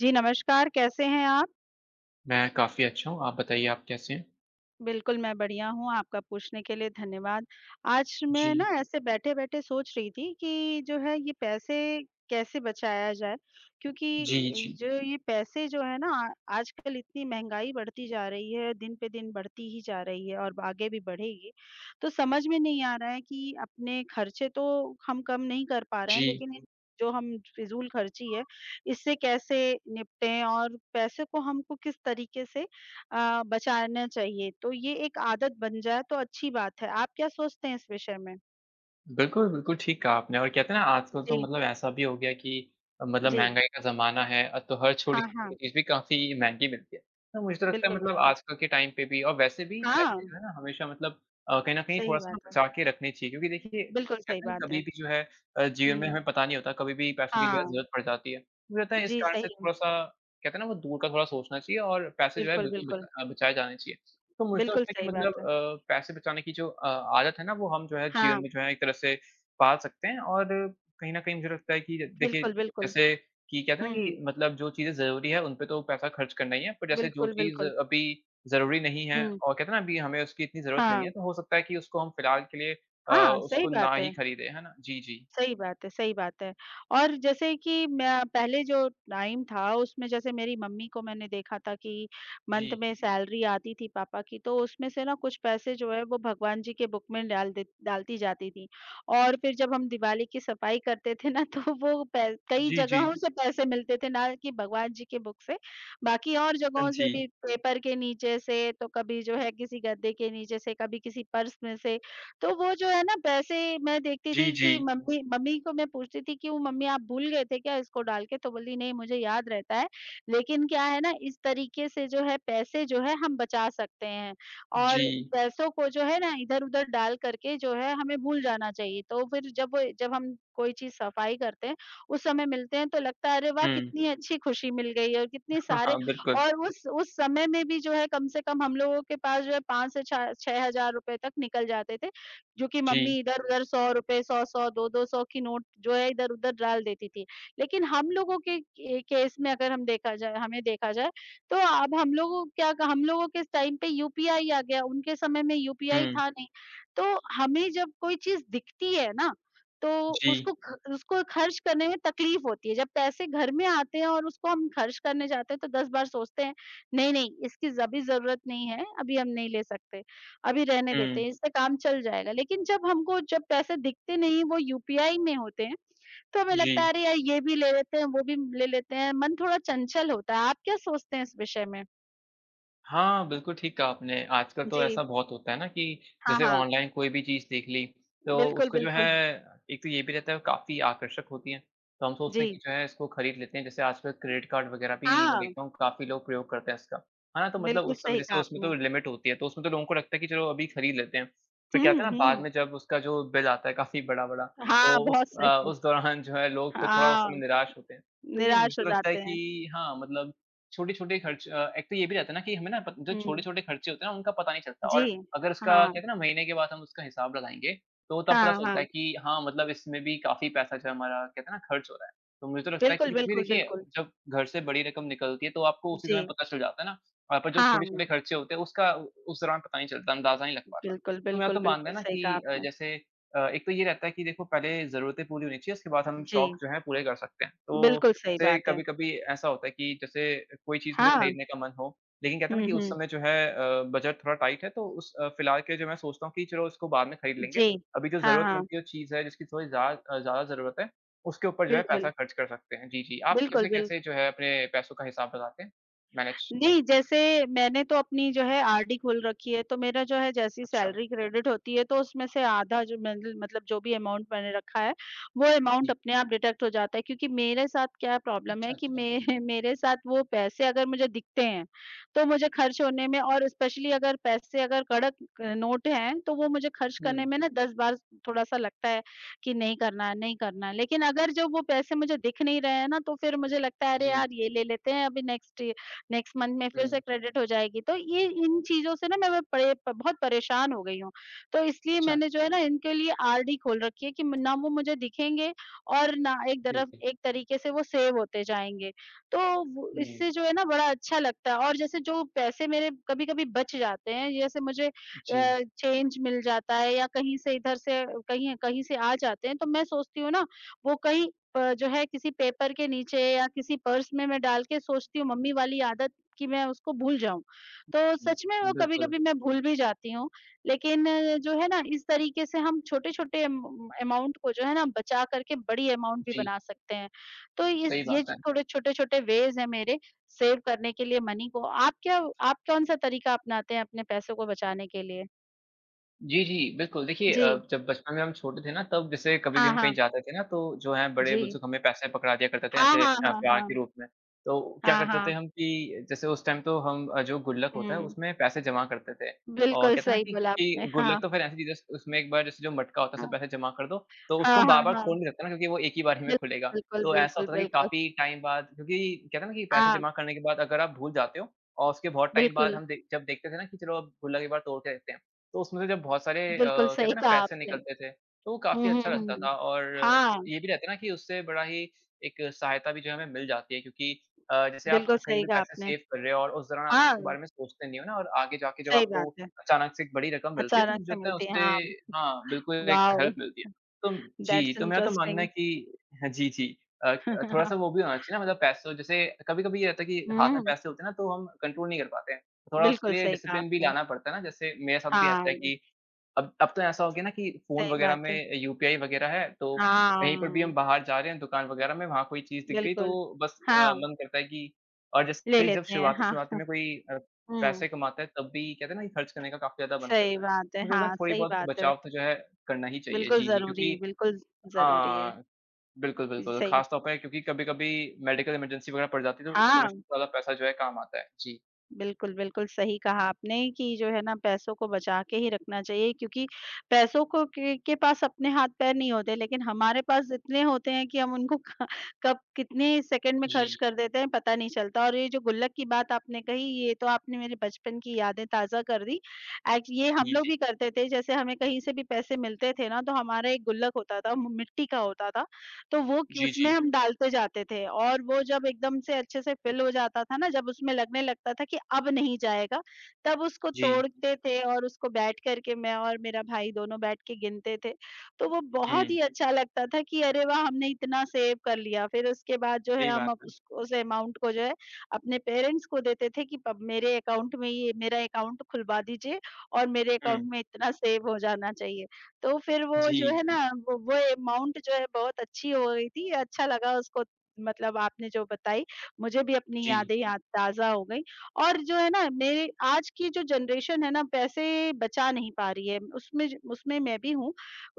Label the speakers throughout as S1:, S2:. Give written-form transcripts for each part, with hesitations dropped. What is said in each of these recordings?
S1: जी, नमस्कार, कैसे हैं आप?
S2: मैं काफ़ी अच्छा हूँ, आप बताइए आप कैसे हैं?
S1: बिल्कुल, मैं बढ़िया हूँ, आपका पूछने के लिए धन्यवाद। आज
S2: जी।
S1: मैं ना ऐसे बैठे-बैठे सोच रही थी कि जो है ये पैसे कैसे बचाया जाए? क्योंकि
S2: जी, जी।
S1: जो ये पैसे जो है ना आजकल इतनी महँगाई बढ़ती जा रही है, दिन पे दिन बढ़ती ही जा रही है और आगे भी बढ़ेगी। तो समझ में नहीं आ रहा है कि अपने खर्चे तो हम कम नहीं कर पा रहे हैं,
S2: जी।
S1: लेकिन इन जो हम फ़िज़ूल खर्ची है, इससे कैसे निपटें और पैसे को हमको किस तरीके से बचाना चाहिए, तो ये एक आदत बन जाए तो अच्छी बात है। आप क्या सोचते हैं इस विषय में?
S2: बिल्कुल, बिल्कुल ठीक कहा आपने और कहते हैं ना आजकल तो
S1: जी,
S2: मतलब ऐसा भी हो गया कि मतलब
S1: जी।
S2: महँगाई का ज़माना है तो हर
S1: हाँ,
S2: छोटी-छोटी
S1: हाँ।
S2: चीज़ भी काफ़ी महँगी मिलती है। तो मुझे तो लगता है
S1: बिल्कुल,
S2: मतलब
S1: बिल्कुल।
S2: आजकल के टाइम पे भी और वैसे भी
S1: हाँ,
S2: पैसे जो है ना हमेशा मतलब कहीं न कहीं
S1: सही
S2: थोड़ा-सा ना
S1: बात है।
S2: बचा के रखने चाहिए क्योंकि देखिए
S1: बिल्कुल सही
S2: कहते हैं ना
S1: बात
S2: कभी
S1: है।
S2: भी जो है जीवन में
S1: हुँ,
S2: हमें पता नहीं होता कभी भी पैसों की जो है
S1: हाँ।
S2: ज़रूरत पड़ जाती है। मुझे लगता है इस
S1: जी,
S2: कारण
S1: सही
S2: से
S1: है।
S2: थोड़ा-सा कहते हैं ना वो दूर का थोड़ा सोचना चाहिए और पैसे जो है
S1: बिल्कुल,
S2: बिल्कुल
S1: बिल्कुल।
S2: बचाए जाने चाहिए। तो मुझे तो
S1: बिल्कुल
S2: लगता है कि
S1: सही
S2: मतलब
S1: बात है।
S2: पैसे बचाने की जो आदत है ना वो हम जो है जीवन
S1: हाँ,
S2: में जो है एक तरह से पाल सकते हैं और कहीं न कहीं मुझे लगता है कि देखिए
S1: बिल्कुल, बिल्कुल।
S2: जैसे कि कहते हैं ना
S1: हुँ,
S2: कि
S1: हुँ।
S2: मतलब जो चीज़ें ज़रूरी है उन पे तो पैसा खर्च करना ही है, पर जैसे जो
S1: बिल्कुल,
S2: चीज़
S1: बिल्कुल।
S2: अभी ज़रूरी नहीं है
S1: हुँ,
S2: और कहते हैं ना अभी हमें उसकी इतनी ज़रूरत नहीं है,
S1: हाँ।
S2: तो हो सकता है कि उसको हम फिलहाल के लिए अ,
S1: हाँ,
S2: उसको
S1: सही
S2: ना
S1: बात
S2: ही
S1: है।
S2: खरीदें, है ना? जी, जी।
S1: सही बात है, सही बात है। और जैसे कि मैं पहले जो टाइम था उसमें जैसे मेरी मम्मी को मैंने देखा था कि
S2: जी।
S1: मंथ में सैलरी आती थी पापा की तो उसमें से ना कुछ पैसे जो है वो भगवान जी के बुक में डालती जाती थी। और फिर जब हम दिवाली की सफाई करते थे ना तो वो पै कई
S2: जी, जी।
S1: जगहों से पैसे मिलते थे ना कि भगवान जी के बुक से। बाकी और
S2: हाँ
S1: जगहों
S2: जी।
S1: से भी पेपर के नीचे से तो कभी जो है किसी गद्दे के नीचे से, कभी किसी पर्स में से तो वो जो है ना वैसे मैं देखती
S2: जी,
S1: थी
S2: जी।
S1: कि मम्मी मम्मी को मैं पूछती थी, "क्यों मम्मी आप भूल गए थे क्या इसको डाल के?" तो बोली, "नहीं मुझे याद रहता है, लेकिन क्या है ना इस तरीके से जो है पैसे जो है हम बचा सकते हैं
S2: जी।
S1: और पैसों को जो है ना इधर-उधर डाल करके जो है हमें भूल जाना चाहिए।" तो फिर जब वो जब हम कोई चीज़ सफाई करते हैं, उस समय मिलते हैं तो लगता है अरे वाह!
S2: हुँ।
S1: कितनी अच्छी खुशी मिल गई है और कितने
S2: हाँ,
S1: सारे
S2: हाँ, बिल्कुल।
S1: और उस समय में भी जो है कम से कम हम लोगों के पास जो है 5 से छा ₹6,000 तक निकल जाते थे। जो कि
S2: जी।
S1: मम्मी इधर-उधर ₹100 100-100 2-200 की नोट जो है इधर-उधर डाल देती थी। लेकिन हम लोगों के केस में अगर हम देखा जाए हमें देखा जाए, तो अब हम लोगों के इस टाइम पे यूपीआई आ गया, उनके समय में यूपीआई
S2: हुँ।
S1: था नहीं। तो हमें जब कोई चीज़ दिखती है ना, तो
S2: जी।
S1: उसको खर्च करने में तकलीफ होती है। जब पैसे घर में आते हैं और उसको हम खर्च करने जाते हैं तो 10 बार सोचते हैं, नहीं, नहीं इसकी अभी ज़रूरत नहीं है, अभी हम नहीं ले सकते। अभी रहने देते
S2: हुँ।
S1: हैं, इससे काम चल जाएगा। लेकिन जब पैसे दिखते नहीं, वो यूपीआई में होते हैं, तो हमें
S2: जी।
S1: लगता है अरे यार ये भी ले लेते हैं, वो भी ले लेते हैं, मन थोड़ा चंचल होता है। आप क्या सोचते हैं इस विषय में?
S2: हाँ, बिल्कुल ठीक कहा आपने। आजकल तो
S1: जी।
S2: ऐसा बहुत होता है ना कि
S1: हाँ,
S2: जैसे
S1: हाँ।
S2: ऑनलाइन कोई भी चीज़ देख ली, तो
S1: बिल्कुल,
S2: उसको जो है
S1: बिल्कुल।
S2: एक तो ये भी रहता है वो काफ़ी आकर्षक होती है, तो हम सोचते
S1: जी।
S2: हैं कि जो है इसको खरीद लेते हैं। जैसे आजकल क्रेडिट कार्ड वगैरह भी मैं
S1: हाँ,
S2: देखता हूँ काफ़ी लोग प्रयोग करते हैं इसका, है ना? तो मतलब
S1: बिल्कुल
S2: उस समय
S1: सही
S2: जैसे
S1: कहा
S2: उसमें तो
S1: आपने।
S2: लिमिट होती है, तो उसमें तो लोगों को लगता है कि चलो अभी खरीद लेते हैं। फिर क्या होता
S1: हुँ,
S2: है ना बाद
S1: हुँ।
S2: में जब उसका जो बिल आता है काफ़ी बड़ा-बड़ा,
S1: हाँ,
S2: तो उस
S1: बहुत सही है।
S2: उस दौरान जो है लोग फिर थोड़ा उस समय
S1: हाँ,
S2: निराश होते हैं। तो ये
S1: निराश हो
S2: मुझे लगता है
S1: जाते हैं।
S2: कि हाँ, मतलब छोटे-छोटे खर्च एक तो ये भी रहता है ना कि हमें ना प जो
S1: हुँ,
S2: छोटे-छोटे खर्चे होते हैं ना उनका पता नहीं चलता
S1: जी।
S2: और अगर उसका
S1: हाँ,
S2: कहते हैं ना महीने के बाद हम उसका हिसाब लगाएँगे, तो तब पता
S1: हाँ,
S2: चलता है
S1: हाँ।
S2: कि हाँ, मतलब इसमें भी काफ़ी पैसा जो है हमारा कहते हैं ना खर्च हो रहा है। तो मुझे तो लगता है
S1: बिल्कुल,
S2: कि क्योंकि
S1: बिल्कुल,
S2: देखिए
S1: बिल्कुल।
S2: जब घर से बड़ी रकम निकलती है तो आपको उसी समय
S1: जी।
S2: पता चल जाता है ना। पर जो
S1: हाँ,
S2: छोटे-छोटे खर्चे होते हैं उसका उ उस दौरान पता नहीं चलता, अंदाज़ा नहीं लग पाता।
S1: बिल्कुल,
S2: तो मेरा
S1: बिल्कुल,
S2: तो मानना है
S1: बिल्कुल
S2: ना
S1: सही
S2: कि
S1: कहा आपने।
S2: जैसे एक तो ये रहता है कि देखो पहले ज़रूरतें पूरी होनी चाहिए उसके बाद हम
S1: जी।
S2: शौक जो है पूरे कर सकते हैं। तो
S1: बिल्कुल सही
S2: जैसे
S1: बात है।
S2: कभी-कभी ऐसा होता है कि जैसे कोई चीज़ मुझे
S1: हाँ,
S2: खरीदने का मन हो, लेकिन कहते हैं ना
S1: हुँ,
S2: कि उस
S1: हुँ।
S2: समय जो है बजट थोड़ा टाइट है, तो उस फिलहाल के लिए जो मैं सोचता हूँ कि चलो इसको बाद में खरीद लेंगे।
S1: जी।
S2: अभी जो
S1: हाँ,
S2: ज़रूरतमंद
S1: हाँ।
S2: की जो चीज़ है, जिसकी थोड़ी ज़्यादा ज़्यादा ज़रूरत है, उसके ऊपर जो है पैसा
S1: बिल्कुल,
S2: खर्च कर सकते हैं। जी, जी। आप
S1: बिल्कुल, बिल्कुल।
S2: कैसे-कैसे जो है अपने पैसों का हिसाब लगाते हैं? मैनेज
S1: नहीं, जैसे मैंने तो अपनी जो है आरडी खोल रखी है, तो मेरा जो है जैसी
S2: अच्छा।
S1: सैलरी क्रेडिट होती है, तो उसमें से आधा जो मैंने मतलब जो भी अमाउंट मैंने रखा है, वो अमाउंट
S2: जी।
S1: अपने आप डिडक्ट हो जाता है। क्योंकि मेरे साथ क्या प्रॉब्लम
S2: अच्छा,
S1: है कि
S2: अच्छा।
S1: मे मेरे साथ वो पैसे अगर मुझे दिखते हैं, तो मुझे खर्च होने में और स्पेशली अगर पैसे अगर कड़क नोट हैं, तो वो मुझे खर्च
S2: हुँ,
S1: करने में ना 10 बार थोड़ा-सा लगता है कि नहीं करना है, नहीं करना है। लेकिन अगर जब वो पैसे मुझे दिख नहीं रहे हैं ना, तो फिर मुझे लगता है, "अरे
S2: जी।
S1: यार, ये ले लेते हैं अभी नेक्स्ट नेक्स्ट मंथ में
S2: हुँ,
S1: फिर से क्रेडिट हो जाएगी। तो ये इन चीज़ों से ना मैं परे प बहुत परेशान हो गई हूँ। तो इसलिए
S2: अच्छा,
S1: मैंने जो
S2: अच्छा।
S1: है ना इनके लिए आरडी खोल रखी है कि ना वो मुझे दिखेंगे और ना
S2: जी,
S1: एक तरीके से वो सेव होते जाएँगे। तो वो
S2: हुँ,
S1: इससे जो है ना बड़ा अच्छा लगता है और जैसे जो पैसे मेरे कभी-कभी बच जाते हैं, जैसे मुझे
S2: जी,
S1: चेंज मिल जाता है या कहीं से इधर से कहीं कहीं से आ जाते हैं, तो मैं सोचती हूँ ना वो कहीं जो है किसी पेपर के नीचे या किसी पर्स में मैं डाल के सोचती हूँ मम्मी वाली आदत कि मैं उसको भूल जाऊँ। तो
S2: हुँ,
S1: सच में वो
S2: बिल्कुल।
S1: कभी-कभी मैं भूल भी जाती हूँ। लेकिन जो है ना इस तरीके से हम छोटे-छोटे अम अमाउंट को जो है ना बचा करके बड़ी अमाउंट भी
S2: जी,
S1: बना सकते हैं। तो इस
S2: सही
S1: ये
S2: बात है।
S1: थोड़े छोटे-छोटे वेज़ हैं मेरे सेव करने के लिए मनी को। आप कौन-सा तरीका अपनाते हैं अपने पैसों को बचाने के लिए?
S2: जी, जी, बिल्कुल। देखिए
S1: जी।
S2: जब बचपन में हम छोटे थे ना तब जैसे कभी भी
S1: हाँ,
S2: हम कहीं
S1: हाँ।
S2: जाते थे ना तो जो है
S1: जी।
S2: बड़े-बुज़ुर्ग हमें पैसे पकड़ा दिया करते थे
S1: हाँ,
S2: ऐसे
S1: हाँ, हाँ,
S2: प्यार के
S1: हाँ।
S2: रूप में। तो क्या
S1: हाँ,
S2: करते थे
S1: हाँ।
S2: हम कि जैसे उस टाइम तो हम जो गुल्लक होता है
S1: हुँ।
S2: उसमें पैसे जमा करते थे। और
S1: बिल्कुल
S2: कहते हैं ना
S1: सही
S2: कि
S1: बोला आपने।
S2: क्योंकि गुल्लक
S1: हाँ,
S2: तो फिर ऐसी चीज़ है उसमें एक बार जैसे जो मटका होता है उसमें
S1: हाँ।
S2: पैसे जमा कर दो तो उसको
S1: हाँ,
S2: हम
S1: हाँ,
S2: बार-बार
S1: हाँ।
S2: खोल नहीं सकते ना क्योंकि वो एक ही बार में
S1: बिल
S2: खुलेगा।
S1: बिल्कुल,
S2: तो ऐसा
S1: बिल्कुल,
S2: होता था कि
S1: बिल्कुल।
S2: काफ़ी टाइम बाद क्योंकि कहते हैं ना कि पैसे
S1: हाँ,
S2: जमा करने के बाद अगर आप भूल जाते हो और उसके बहुत टाइम बाद
S1: बिल्कुल,
S2: हम दे जब देखते थे ना कि चलो अब गुल्लक एक बार तोड़ के देखते हैं। तो उसमें से जब बहुत सारे
S1: बिल्कुल
S2: कहते हैं
S1: सही
S2: ना
S1: कहा
S2: पैसे
S1: आपने।
S2: निकलते थे, तो वो
S1: हुँ,
S2: काफ़ी
S1: हुँ,
S2: अच्छा लगता
S1: हुँ।
S2: था और
S1: हाँ,
S2: ये भी रहता है ना कि उससे बड़ा ही एक सहायता भी जो है हमें मिल जाती है क्योंकि जैसे आप
S1: बिल्कुल
S2: कहीं
S1: सही
S2: भी
S1: कहा
S2: पैसे
S1: आपने।
S2: सेव कर रहे हो और उस दौरान आप
S1: हाँ,
S2: उसके बारे में सोचते नहीं हो ना और आगे जाके जब
S1: सही
S2: आपको
S1: बात है।
S2: अचानक से एक बड़ी रकम मिलती है, तो
S1: अचानक
S2: मुझे
S1: से
S2: लगता है
S1: मिलती है,
S2: उससे
S1: हाँ।
S2: हाँ, बिल्कुल एक हेल्प
S1: वाओ!
S2: मिलती है। तो जी,
S1: दैट्स
S2: तो मेरा तो मानना है
S1: इंटरेस्टिंग।
S2: कि हाँ जी, जी। अ, थोड़ा-सा वो भी होना चाहिए ना मतलब पैसों जैसे कभी-कभी ये रहता है कि हाथ में
S1: हुँ,
S2: पैसे होते हैं ना, तो हम कंट्रोल नहीं कर पाते हैं। थोड़ा उसके
S1: बिल्कुल
S2: लिए
S1: सही कहा
S2: डिसिप्लिन भी
S1: आपने।
S2: लाना पड़ता है ना, जैसे मेरे साथ भी
S1: हाँ,
S2: ऐसा है कि अब तो ऐसा हो गया ना कि फ़ोन
S1: सही
S2: वग़ैरह
S1: बात है।
S2: में यूपीआई वग़ैरह है, तो कहीं पर भी हम
S1: हाँ,
S2: बाहर जा रहे हैं दुकान वग़ैरह में, वहाँ कोई चीज़ दिख गई तो
S1: बिल्कुल।
S2: बस
S1: हाँ,
S2: मन करता है कि और
S1: ले
S2: जैसे जब
S1: लेते हैं। हाँ,
S2: शुरुआती-शुरुआती में कोई
S1: हुँ।
S2: पैसे कमाता है तब भी कहते हैं ना कि खर्च करने का काफ़ी ज़्यादा मन करता
S1: सही
S2: है।
S1: बात है।
S2: मुझे लगता है
S1: हाँ,
S2: थोड़ी
S1: सही
S2: बहुत
S1: बात है।
S2: बचाव तो जो है करना ही चाहिए,
S1: बिल्कुल
S2: जी, जी,
S1: ज़रूरी है,
S2: क्योंकि
S1: बिल्कुल ज़रूरी है।
S2: हाँ, बिल्कुल, बिल्कुल,
S1: सही
S2: ख़ास तौर पे क्योंकि कभी-कभी मेडिकल इमरजेंसी वग़ैरह पड़ जाती है, तो उस समय से
S1: हाँ,
S2: ज़्यादा पैसा जो है काम आता है। जी।
S1: बिल्कुल, बिल्कुल सही कहा आपने कि जो है ना पैसों को बचा के ही रखना चाहिए क्योंकि पैसों को के पास अपने हाथ-पैर नहीं होते लेकिन हमारे पास इतने होते हैं कि हम उनको क कब कितने सेकंड में खर्च
S2: जी।
S1: कर देते हैं पता नहीं चलता और ये जो गुल्लक की बात आपने कही ये तो आपने मेरे बचपन की यादें ताज़ा कर दी। एक्च ये हम
S2: जी,
S1: लोग
S2: जी।
S1: भी करते थे जैसे हमें कहीं से भी पैसे मिलते थे ना तो हमारा एक गुल्लक होता था, म मिट्टी का होता था। तो वो कि
S2: जी,
S1: उसमें
S2: जी।
S1: हम डालते जाते थे और वो जब एकदम से अच्छे से फिल हो जाता था ना, जब उसमें लगने लगता था कि अब नहीं जाएगा, तब उसको
S2: जी।
S1: तोड़ते थे और उसको बैठ कर के मैं और मेरा भाई दोनों बैठ के गिनते थे। तो वो बहुत
S2: हुँ,
S1: ही अच्छा लगता था कि अरे वाह! हमने इतना सेव कर लिया। फिर उसके बाद जो है
S2: सही
S1: हम
S2: बात
S1: अब
S2: है।
S1: उसको उस अमाउंट को जो है अपने पेरेंट्स को देते थे कि अब मेरे अकाउंट में ये मेरा अकाउंट खुलवा दीजिए और मेरे
S2: हुँ।
S1: अकाउंट में इतना सेव हो जाना चाहिए। तो फिर वो
S2: जी,
S1: जो है ना,
S2: जी,
S1: वो अमाउंट जो है बहुत अच्छी हो गई थी, अच्छा लगा उसको मतलब आपने जो बताई, मुझे भी अपनी
S2: जी,
S1: याद ताज़ा हो गई और जो है ना मेरे आज की जो जनरेशन है ना, पैसे बचा नहीं पा रही है, उसमें मैं भी हूँ।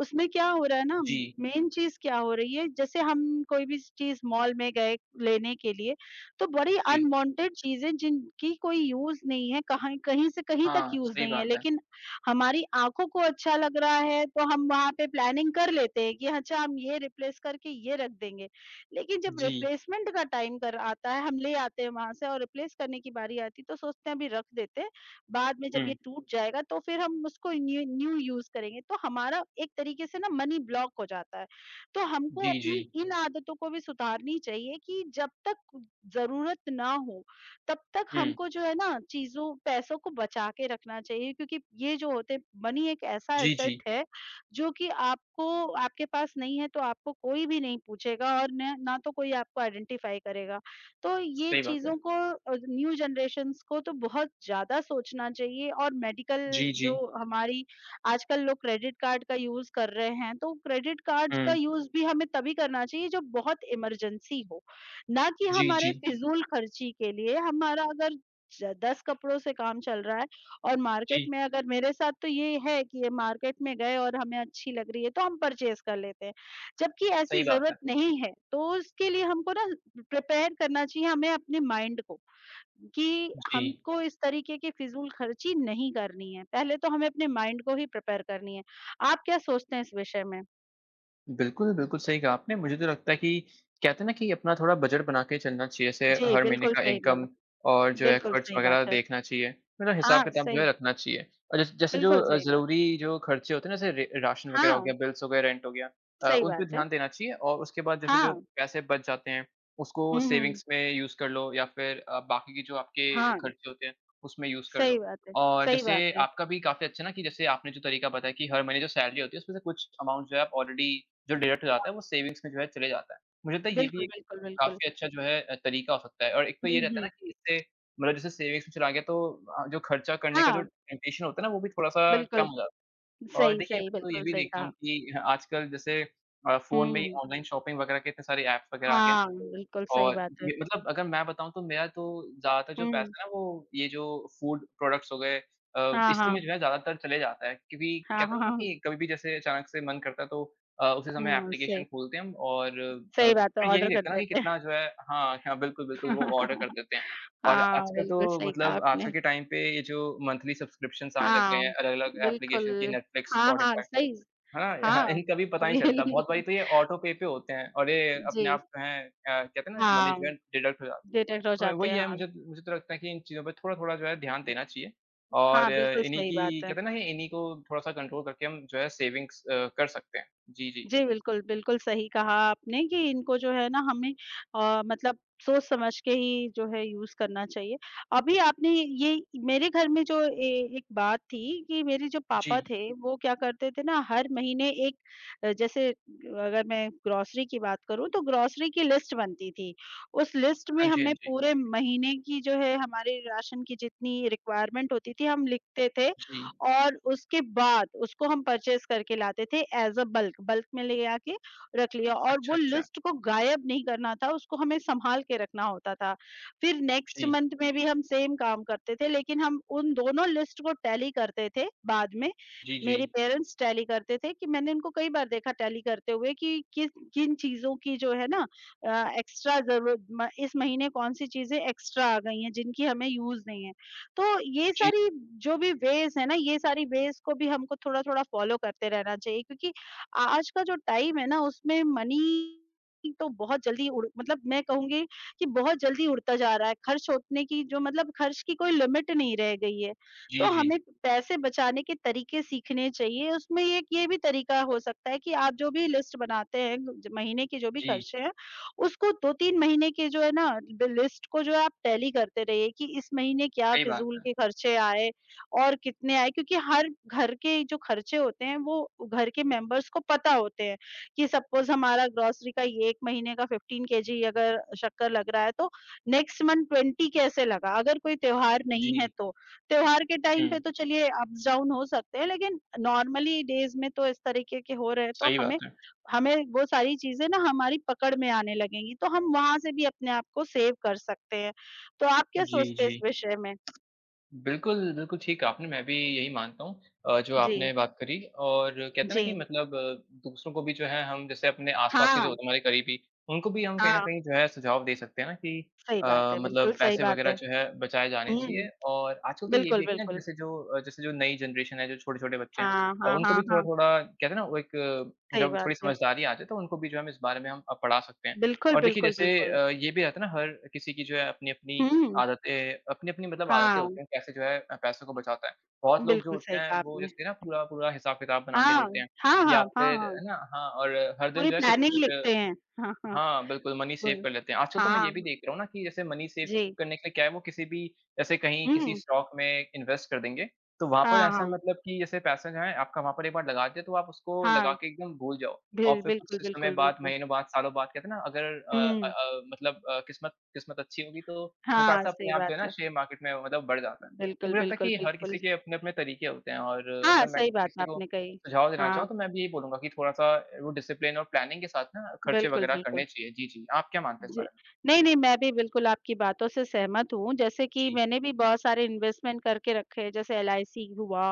S1: उसमें क्या हो रहा है ना,
S2: जी,
S1: मेन चीज़ क्या हो रही है, जैसे हम कोई भी चीज़ मॉल में गए लेने के लिए, तो बड़ी
S2: जी।
S1: अनवांटेड चीज़ें जिनकी कोई यूज़ नहीं है, कहाँ कहीं से कहीं तक
S2: हाँ,
S1: यूज़
S2: सही
S1: नहीं है,
S2: बात है।
S1: लेकिन हमारी आँखों को अच्छा लग रहा है तो हम वहाँ पे प्लानिंग कर लेते हैं कि अच्छा हम ये रिप्लेस करके ये रख देंगे। लेकिन जब
S2: जी।
S1: रिप्लेसमेंट का टाइम कर आता है, हम ले आते हैं वहाँ से और रिप्लेस करने की बारी आती है तो सोचते हैं अभी रख देते हैं, बाद में जब ये
S2: हुँ।
S1: टूट जाएगा तो फिर हम उसको न्यू न्यू यूज़ करेंगे। तो हमारा एक तरीके से ना मनी ब्लॉक हो जाता है। तो हमको
S2: जी, जी।
S1: अपनी इन आदतों को भी सुधारनी चाहिए कि जब तक ज़रूरत ना हो तब तक
S2: हुँ।
S1: हमको जो है ना चीज़ों पैसों को बचा के रखना चाहिए क्योंकि ये जो होते हैं मनी एक ऐसा
S2: जी, जी।
S1: एसेट है जो कि आपको आपके पास नहीं है तो आपको कोई भी नहीं पूछेगा और न, ना तो कोई आपको आइडेंटिफाई करेगा। तो ये
S2: सही बात है।
S1: चीज़ों को न्यू जनरेशन्स को तो बहुत ज़्यादा सोचना चाहिए और मेडिकल
S2: जी, जी।
S1: जो हमारी आजकल लोग क्रेडिट कार्ड का यूज़ कर रहे हैं, तो क्रेडिट कार्ड का
S2: हुँ।
S1: यूज़ भी हमें तभी करना चाहिए जब बहुत इमरजेंसी हो। ना कि
S2: जी,
S1: हमारे
S2: जी।
S1: फिज़ूल खर्ची के लिए। हमारा अगर ज 10 कपड़ों से काम चल रहा है और मार्केट
S2: जी,
S1: में अगर मेरे साथ तो ये है कि ये मार्केट में गए और हमें अच्छी लग रही है तो हम परचेज़ कर लेते हैं। जबकि ऐसी
S2: सही बात
S1: ज़रूरत
S2: है।
S1: नहीं है, तो उसके लिए हमको ना प्रिपेयर करना चाहिए हमें अपने माइंड को कि
S2: जी।
S1: हमको इस तरीके की फिज़ूल खर्ची नहीं करनी है। पहले तो हमें अपने माइंड को ही प्रिपेयर करनी है। आप क्या सोचते हैं इस विषय में?
S2: बिल्कुल, बिल्कुल सही कहा आपने। मुझे तो लगता है कि कहते हैं ना कि अपना थोड़ा बजट बना के चलना चाहिए, जैसे
S1: जी,
S2: हर महीने
S1: बिल्कुल
S2: का
S1: सही
S2: इनकम
S1: बोला।
S2: और जो है
S1: बिल्कुल
S2: खर्च
S1: सही बात
S2: वगैरह
S1: है।
S2: देखना चाहिए, मतलब
S1: हाँ,
S2: हिसाब-किताब जो है
S1: सही।
S2: रखना चाहिए। और जैसे जैसे जो
S1: बिल्कुल सही बात।
S2: ज़रूरी जो खर्चे होते हैं ना, जैसे रे राशन वगैरह हो
S1: हाँ,
S2: गया, बिल्स हो गए, रेंट हो गया
S1: सही
S2: उन पे
S1: बात है।
S2: ध्यान देना चाहिए और उसके बाद जैसे जो
S1: हाँ।
S2: पैसे बच जाते हैं, उसको
S1: हुँ, हुँ।
S2: सेविंग्स में यूज़ कर लो या फिर बाकी के जो आपके
S1: हाँ,
S2: खर्चे होते हैं, उसमें यूज़ कर लो।
S1: सही बात है,
S2: और
S1: सही
S2: जैसे
S1: बात है।
S2: आपका भी काफ़ी अच्छा ना कि जैसे आपने जो तरीका बताया कि हर महीने जो सैलरी होती है, उसमें से कुछ अमाउंट जो है आप ऑलरेडी जो डिडक्ट हो जाता है, वो सेविंग्स में जो है चले जाता है। मुझे लगता है ये भी
S1: बिल्कुल,
S2: एक
S1: बिल्कुल, बिल्कुल।
S2: काफ़ी अच्छा जो है तरीका हो सकता है और एक तो
S1: हुँ,
S2: ये रहता है
S1: हुँ।
S2: ना कि इससे मतलब जैसे सेविंग्स में चला गया तो जो खर्चा करने का जो
S1: हाँ,
S2: टेम्पटेशन होता है ना, वो भी थोड़ा-सा कम
S1: बिल्कुल,
S2: हो जाता है। और
S1: सही,
S2: देखिए,
S1: सही,
S2: मैं तो ये
S1: बिल्कुल
S2: भी
S1: सही
S2: देखता
S1: कहा।
S2: हूँ कि ह आजकल जैसे फ़ोन में ही
S1: हुँ,
S2: ऑनलाइन शॉपिंग वगैरह के इतने सारे ऐप्स वगैरह आ गए हैं ना,
S1: हाँ,
S2: तो
S1: बिल्कुल सही
S2: और
S1: बात है।
S2: ये मतलब अगर मैं बताऊँ तो मेरा तो ज़्यादातर जो
S1: हुँ,
S2: पैसा है ना, वो ये जो फूड प्रोडक्ट्स हो गए
S1: हाँ,
S2: इसी में
S1: हाँ।
S2: जो है ज़्यादातर चले जाता है क्योंकि
S1: हाँ,
S2: कहते
S1: हाँ,
S2: हैं ना
S1: हाँ।
S2: कि कभी भी जैसे अचानक से मन करता है तो उसी समय
S1: हुँ,
S2: एप्लीकेशन
S1: सही,
S2: खोलते हैं हम और
S1: सही बात है,
S2: फिर ये नहीं
S1: ऑर्डर कर
S2: देखते ना कि
S1: देते हैं।
S2: कितना जो है हाँ, हाँ, बिल्कुल, बिल्कुल वो ऑर्डर कर देते हैं। और
S1: हाँ,
S2: आजकल तो
S1: बिल्कुल सही कहा
S2: मतलब
S1: आपने।
S2: आजकल के टाइम पे ये जो मंथली सब्सक्रिप्शंस आने लग गए
S1: हाँ,
S2: हैं अलग-अलग
S1: बिल्कुल।
S2: एप्लीकेशन की नेटफ्लिक्स,
S1: हाँ, हाँ,
S2: स्पॉटिफाई
S1: सही स
S2: है ना? हाँ,
S1: हाँ,
S2: इनका भी पता नहीं चलता।
S1: रियली
S2: बहुत बारी तो ये ऑटो पे पे होते हैं और ये अपने
S1: जी,
S2: आप जो है कहते हैं ना मनी
S1: हाँ,
S2: जो है डिडक्ट हो जाती है।
S1: डिटेक्ट हो
S2: तो
S1: जाते
S2: वही
S1: हैं,
S2: है
S1: हाँ।
S2: मुझे मुझे तो लगता है कि इन चीज़ों पे थोड़ा-थोड़ा जो है ध्यान देना चाहिए और
S1: हाँ, बिल्कुल
S2: इन्हीं
S1: सही
S2: की
S1: बात है।
S2: कहते हैं ना ये इन्हीं को थोड़ा-सा कंट्रोल करके हम जो है सेविंग्स कर सकते हैं। जी, जी।
S1: जी, बिल्कुल, बिल्कुल सही कहा आपने कि इनको जो है ना हमें मतलब सोच समझ के ही जो है यूज़ करना चाहिए। अभी आपने ये मेरे घर में जो ए एक बात थी कि मेरे जो
S2: जी।
S1: पापा थे वो क्या करते थे ना हर महीने एक। जैसे अगर मैं ग्रॉसरी की बात करूँ तो ग्रॉसरी की लिस्ट बनती थी। उस लिस्ट में
S2: हाँ जी, हाँ
S1: हमें
S2: जी।
S1: पूरे महीने की जो है हमारे राशन की जितनी रिक्वायरमेंट होती थी हम लिखते थे
S2: जी।
S1: और उसके बाद उसको हम परचेज़ करके लाते थे एज़ अ बल्क, बल्क में ले आके रख लिया और
S2: अच्छा,
S1: वो
S2: अच्छा।
S1: लिस्ट को गायब नहीं करना था, उसको हमें सँभाल के रखना होता था। फिर नेक्स्ट
S2: जी।
S1: मंथ में भी हम सेम काम करते थे, लेकिन हम उन दोनों लिस्ट को टैली करते थे बाद में।
S2: जी, जी।
S1: मेरे पेरेंट्स टैली करते थे कि मैंने इनको कई बार देखा टैली करते हुए कि किस किन चीज़ों की जो है ना एक्स्ट्रा ज़रूरत म इस महीने कौन-सी चीज़ें एक्स्ट्रा आ गई हैं, जिनकी हमें यूज़ नहीं है। तो ये
S2: जी,
S1: सारी जो भी वेज़ है ना, ये सारी वेज़ को भी हमको थोड़ा-थोड़ा फ़ॉलो करते रहना चाहिए क्योंकि आज का जो टाइम है ना, उसमें मनी तो बहुत जल्दी उड़ मतलब मैं कहूँगी कि बहुत जल्दी उड़ता जा रहा है। खर्च होने की जो मतलब खर्च की कोई लिमिट नहीं रह गई है।
S2: जी,
S1: तो
S2: जी।
S1: हमें पैसे बचाने के तरीके सीखने चाहिए। उसमें एक ये भी तरीका हो सकता है कि आप जो भी लिस्ट बनाते हैं, ज महीने के जो भी
S2: जी।
S1: खर्चे हैं उसको 2-3 महीने की जो है ना ब लिस्ट को जो है आप टैली करते रहिए कि इस महीने क्या
S2: सही बात
S1: फ़िज़ूल
S2: है।
S1: के खर्चे आए और कितने आए क्योंकि हर घर के जो खर्चे होते हैं वो घर के मेंबर्स को पता होते हैं कि सपोज़ हमारा ग्रॉसरी का ये 1 महीने का 15 केजी अगर शक्कर लग रहा है तो नेक्स्ट मंथ 20 कैसे लगा अगर कोई त्योहार नहीं है
S2: जी।
S1: तो। त्योहार के टाइम
S2: हुँ,
S1: पे तो चलिए अप्स डाउन हो सकते हैं लेकिन नॉर्मली डेज़ में तो इस तरीके के हो रहे हैं तो
S2: सही बात
S1: हमें
S2: है।
S1: हमें वो सारी चीज़ें ना हमारी पकड़ में आने लगेंगी, तो हम वहाँ से भी अपने आप को सेव कर सकते हैं। तो आप क्या
S2: जी,
S1: सोचते हैं इस
S2: जी।
S1: विषय में?
S2: बिल्कुल, बिल्कुल ठीक कहा आपने, मैं भी यही मानता हूँ जो आपने
S1: जी,
S2: बात करी और कहते हैं ना
S1: जी।
S2: कि मतलब दूसरों को भी जो है हम जैसे अपने आस-पास के जो
S1: हाँ,
S2: होते हैं, हमारे करीबी, उनको भी हम कहीं न
S1: हाँ,
S2: कहीं जो है सुझाव दे सकते हैं ना कि
S1: सही बात है, बिल्कुल
S2: मतलब
S1: सही
S2: पैसे
S1: बात
S2: वग़ैरह
S1: है।
S2: जो है बचाए जाने
S1: हुँ,
S2: चाहिए और आजकल तो ये भी
S1: बिल्कुल,
S2: है कि ना
S1: बिल्कुल।
S2: जैसे जो जैसे जो नई जनरेशन है, जो छोटे-छोटे बच्चे हैं
S1: हाँ, हाँ,
S2: उनको
S1: हाँ,
S2: भी
S1: हाँ,
S2: थोड़ा-थोड़ा कहते हैं ना वो एक
S1: सही
S2: जब
S1: बात
S2: थोड़ी
S1: है।
S2: समझदारी आ जाए तो उनको भी जो है हम इस बारे में हम पढ़ा सकते हैं।
S1: बिल्कुल,
S2: और देखिए
S1: बिल्कुल,
S2: जैसे
S1: बिल्कुल।
S2: ये भी रहता है ना हर किसी की जो है अपनी-अपनी
S1: हुँ,
S2: आदतें अपनी-अपनी मतलब आदतें
S1: हाँ,
S2: होती हैं, कैसे जो है पैसे को बचाता है। बहुत लोग जो
S1: बिल्कुल
S2: होते
S1: सही
S2: हैं
S1: कहा
S2: वो
S1: आपने।
S2: जैसे ना पूरा-पूरा हिसाब-किताब बना के
S1: हाँ,
S2: चलते हैं
S1: हाँ, हाँ,
S2: या
S1: हाँ,
S2: फिर
S1: हाँ,
S2: है ना? हाँ, और हर दिन
S1: पूरी
S2: जो है
S1: प्लानिंग
S2: कुछ-कुछ
S1: लिखते हैं। हाँ, हाँ,
S2: हाँ, बिल्कुल मनी सेव
S1: बिल्कुल।
S2: कर लेते हैं। आजकल तो मैं
S1: हाँ,
S2: ये भी देख रहा हूँ ना कि जैसे मनी सेव
S1: जी।
S2: करने के लिए क्या है वो किसी भी जैसे कहीं किसी
S1: हुँ,
S2: स्टॉक में इन्वेस्ट कर देंगे, तो वहाँ पर
S1: हाँ,
S2: ऐसा
S1: हाँ,
S2: मतलब कि जैसे पैसा जो है आपका वहाँ पर एक बार लगा दिया तो आप उसको लगा
S1: हाँ,
S2: के एकदम भूल जाओ और फिर कुछ
S1: बिल्कुल,
S2: समय
S1: बिल्कुल,
S2: बाद,
S1: बिल्कुल।
S2: महीनों बाद, सालों बाद कहते हैं ना अगर अ
S1: हुँ।
S2: मतलब किस्मत किस्मत अच्छी होगी तो वो
S1: हाँ,
S2: पैसा अपने
S1: सही
S2: आप जो
S1: बात
S2: है ना
S1: है।
S2: शेयर मार्केट में मतलब बढ़ जाता है। तो
S1: बिल्कुल,
S2: मुझे लगता है
S1: बिल्कुल,
S2: कि हर
S1: बिल्कुल।
S2: किसी के अपने-अपने तरीके होते हैं और
S1: हाँ,
S2: अगर मैं
S1: सही
S2: किसी
S1: बात
S2: किसी को
S1: आपने कही।
S2: सुझाव देना
S1: हाँ,
S2: चाहूँ तो मैं भी यही बोलूँगा कि थोड़ा-सा वो डिसिप्लिन और प्लानिंग के साथ ना खर्चे
S1: बिल्कुल,
S2: वगैरह
S1: बिल्कुल।
S2: करने चाहिए। जी, जी। आप क्या मानते हैं इस
S1: जी।
S2: बारे में?
S1: नहीं, नहीं, मैं भी बिल्कुल आपकी बातों से सहमत हूँ। जैसे कि
S2: जी।
S1: मैंने भी बहुत सारे इन्वेस्टमेंट करके रखे हैं, जैसे एलआईसी हुआ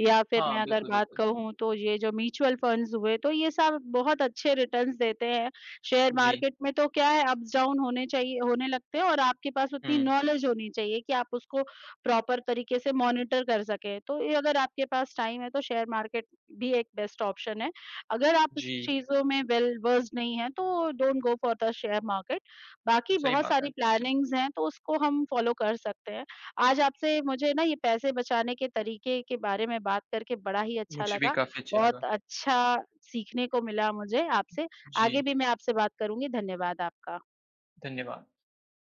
S1: या फिर
S2: हाँ,
S1: मैं अगर
S2: बिल्कुल,
S1: बात
S2: बिल्कुल।
S1: कहूँ तो ये जो म्यूचुअल फंड्स हुए, तो ये सब बहुत अच्छे रिटर्न्स देते हैं। शेयर
S2: जी।
S1: मार्केट में तो क्या है अप्स डाउन होने चाहिए होने लगते हैं और आपके पास उतनी
S2: हुँ,
S1: नॉलेज होनी चाहिए कि आप उसको प्रॉपर तरीके से मॉनिटर कर सकें। तो ये अगर आपके पास टाइम है तो शेयर मार्केट भी एक बेस्ट ऑप्शन है। अगर आप इस
S2: जी।
S1: चीज़ों में वेल वर्स्ड नहीं हैं, तो don't go for the share market. बाकी
S2: सही
S1: बहुत
S2: बात है।
S1: सारी प्लानिंग्स हैं, तो उसको हम फॉलो कर सकते हैं। आज आपसे मुझे ना ये पैसे बचाने के तरीके के बारे में बात करके बड़ा ही अच्छा
S2: मुझे भी
S1: लगा।
S2: काफ़ी अच्छा लगा।
S1: बहुत अच्छा सीखने को मिला मुझे आपसे। आगे
S2: जी,
S1: भी मैं आपसे बात करूँगी। धन्यवाद आपका।
S2: धन्यवाद।